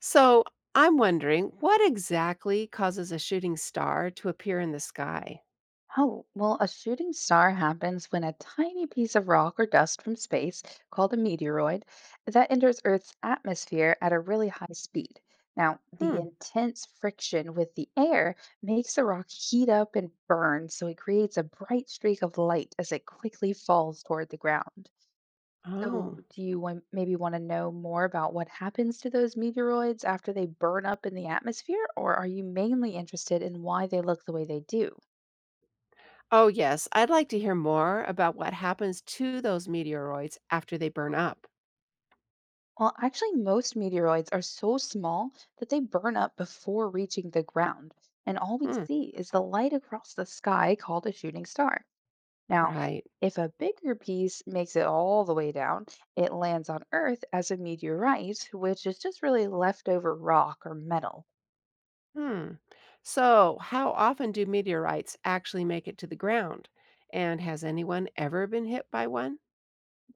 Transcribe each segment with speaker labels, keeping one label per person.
Speaker 1: So I'm wondering what exactly causes a shooting star to appear in the sky?
Speaker 2: Oh, well, a shooting star happens when a tiny piece of rock or dust from space, called a meteoroid, that enters Earth's atmosphere at a really high speed. Now,
Speaker 1: Hmm.
Speaker 2: the intense friction with the air makes the rock heat up and burn, so it creates a bright streak of light as it quickly falls toward the ground. So,
Speaker 1: Oh.
Speaker 2: do you maybe want to know more about what happens to those meteoroids after they burn up in the atmosphere, or are you mainly interested in why they look the way they do?
Speaker 1: Oh, yes. I'd like to hear more about what happens to those meteoroids after they burn up.
Speaker 2: Well, actually, most meteoroids are so small that they burn up before reaching the ground, and all we
Speaker 1: Hmm.
Speaker 2: see is the light across the sky called a shooting star. Now,
Speaker 1: Right.
Speaker 2: if a bigger piece makes it all the way down, it lands on Earth as a meteorite, which is just really leftover rock or metal.
Speaker 1: Hmm. So, how often do meteorites actually make it to the ground? And has anyone ever been hit by one?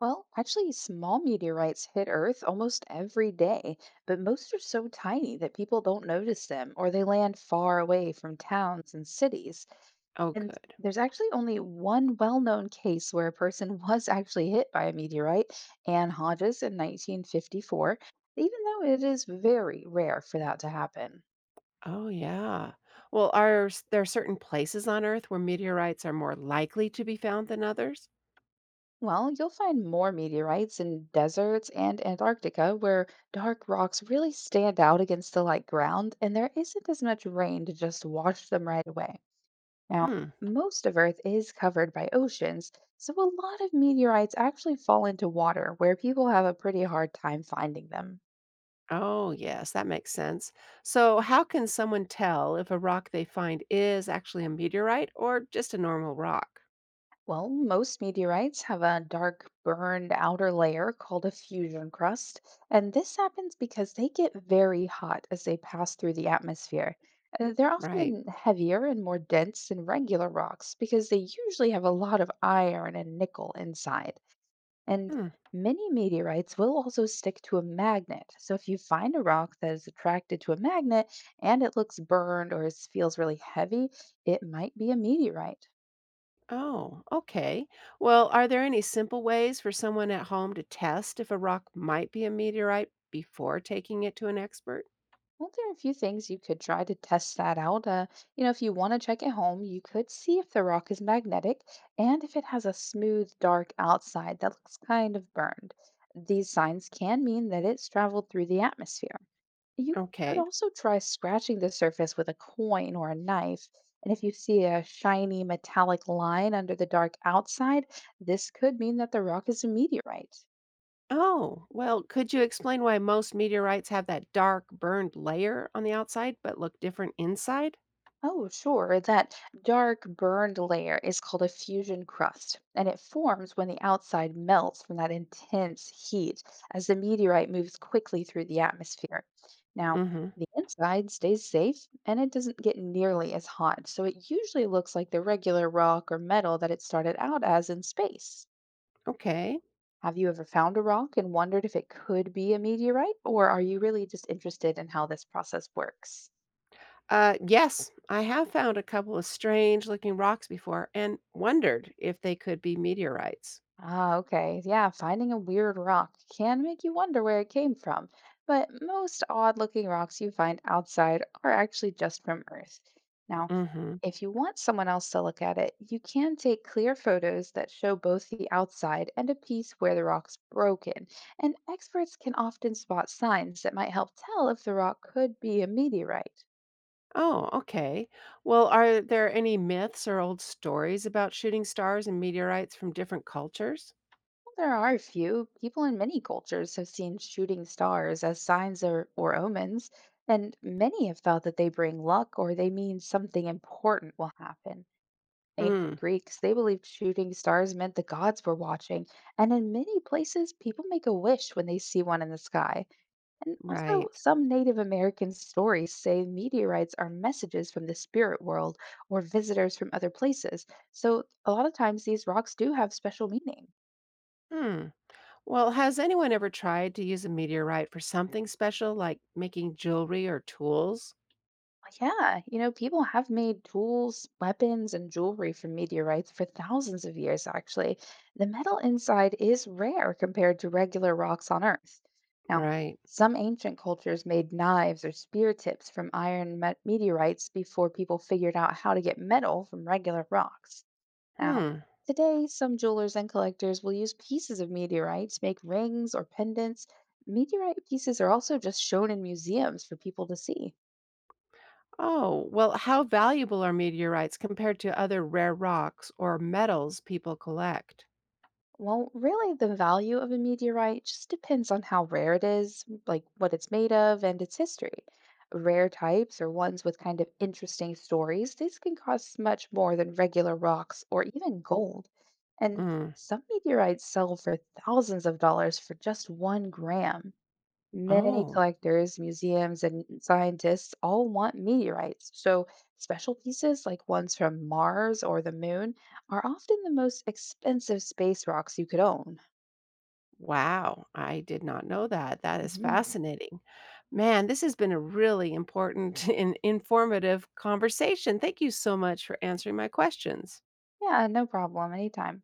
Speaker 2: Well, actually, small meteorites hit Earth almost every day, but most are so tiny that people don't notice them or they land far away from towns and cities.
Speaker 1: Oh,
Speaker 2: And
Speaker 1: good.
Speaker 2: there's actually only one well known case where a person was actually hit by a meteorite, Anne Hodges in 1954, even though it is very rare for that to happen.
Speaker 1: Oh, yeah. Well, there certain places on Earth where meteorites are more likely to be found than others?
Speaker 2: Well, you'll find more meteorites in deserts and Antarctica where dark rocks really stand out against the light ground and there isn't as much rain to just wash them right away. Now,
Speaker 1: Hmm.
Speaker 2: most of Earth is covered by oceans, so a lot of meteorites actually fall into water where people have a pretty hard time finding them.
Speaker 1: Oh, yes, that makes sense. So, how can someone tell if a rock they find is actually a meteorite or just a normal rock?
Speaker 2: Well, most meteorites have a dark, burned outer layer called a fusion crust, and this happens because they get very hot as they pass through the atmosphere. They're
Speaker 1: Right.
Speaker 2: often heavier and more dense than regular rocks because they usually have a lot of iron and nickel inside. And
Speaker 1: Hmm.
Speaker 2: many meteorites will also stick to a magnet. So if you find a rock that is attracted to a magnet and it looks burned or feels really heavy, it might be a meteorite.
Speaker 1: Oh, okay. Well, are there any simple ways for someone at home to test if a rock might be a meteorite before taking it to an expert?
Speaker 2: Well, there are a few things you could try to test that out. If you want to check at home, you could see if the rock is magnetic and if it has a smooth, dark outside that looks kind of burned. These signs can mean that it's traveled through the atmosphere. You could
Speaker 1: Okay.
Speaker 2: also try scratching the surface with a coin or a knife. And if you see a shiny metallic line under the dark outside, this could mean that the rock is a meteorite.
Speaker 1: Oh, well, could you explain why most meteorites have that dark, burned layer on the outside but look different inside?
Speaker 2: Oh, sure. That dark burned layer is called a fusion crust, and it forms when the outside melts from that intense heat as the meteorite moves quickly through the atmosphere. Now,
Speaker 1: Mm-hmm.
Speaker 2: the inside stays safe and it doesn't get nearly as hot, so it usually looks like the regular rock or metal that it started out as in space.
Speaker 1: Okay.
Speaker 2: Have you ever found a rock and wondered if it could be a meteorite, or are you really just interested in how this process works?
Speaker 1: Yes, I have found a couple of strange looking rocks before and wondered if they could be meteorites.
Speaker 2: Ah, okay. Yeah, finding a weird rock can make you wonder where it came from. But most odd-looking rocks you find outside are actually just from Earth. Now,
Speaker 1: Mm-hmm.
Speaker 2: if you want someone else to look at it, you can take clear photos that show both the outside and a piece where the rock's broken. And experts can often spot signs that might help tell if the rock could be a meteorite.
Speaker 1: Oh, okay. Well, are there any myths or old stories about shooting stars and meteorites from different cultures?
Speaker 2: There are a few. People in many cultures have seen shooting stars as signs or omens, and many have thought that they bring luck or they mean something important will happen. Ancient
Speaker 1: Mm,
Speaker 2: Greeks, they believed shooting stars meant the gods were watching, and in many places, people make a wish when they see one in the sky. And also,
Speaker 1: right.
Speaker 2: some Native American stories say meteorites are messages from the spirit world or visitors from other places. So, a lot of times, these rocks do have special meaning.
Speaker 1: Hmm. Well, has anyone ever tried to use a meteorite for something special like making jewelry or tools?
Speaker 2: Yeah, you know, people have made tools, weapons, and jewelry from meteorites for thousands of years, actually. The metal inside is rare compared to regular rocks on Earth. Now,
Speaker 1: Right.
Speaker 2: some ancient cultures made knives or spear tips from iron meteorites before people figured out how to get metal from regular rocks. Now,
Speaker 1: Hmm.
Speaker 2: today, some jewelers and collectors will use pieces of meteorites to make rings or pendants. Meteorite pieces are also just shown in museums for people to see.
Speaker 1: Oh, well, how valuable are meteorites compared to other rare rocks or metals people collect?
Speaker 2: Well, really, the value of a meteorite just depends on how rare it is, like what it's made of, and its history. Rare types or ones with kind of interesting stories, these can cost much more than regular rocks or even gold. And
Speaker 1: Mm.
Speaker 2: some meteorites sell for thousands of dollars for just 1 gram. Many
Speaker 1: Oh,
Speaker 2: collectors, museums, and scientists all want meteorites, so special pieces like ones from Mars or the moon are often the most expensive space rocks you could own.
Speaker 1: wow. I did not know that. That is
Speaker 2: Hmm.
Speaker 1: fascinating. Man, this has been a really important and informative conversation. Thank you so much for answering my questions.
Speaker 2: Yeah, no problem, anytime.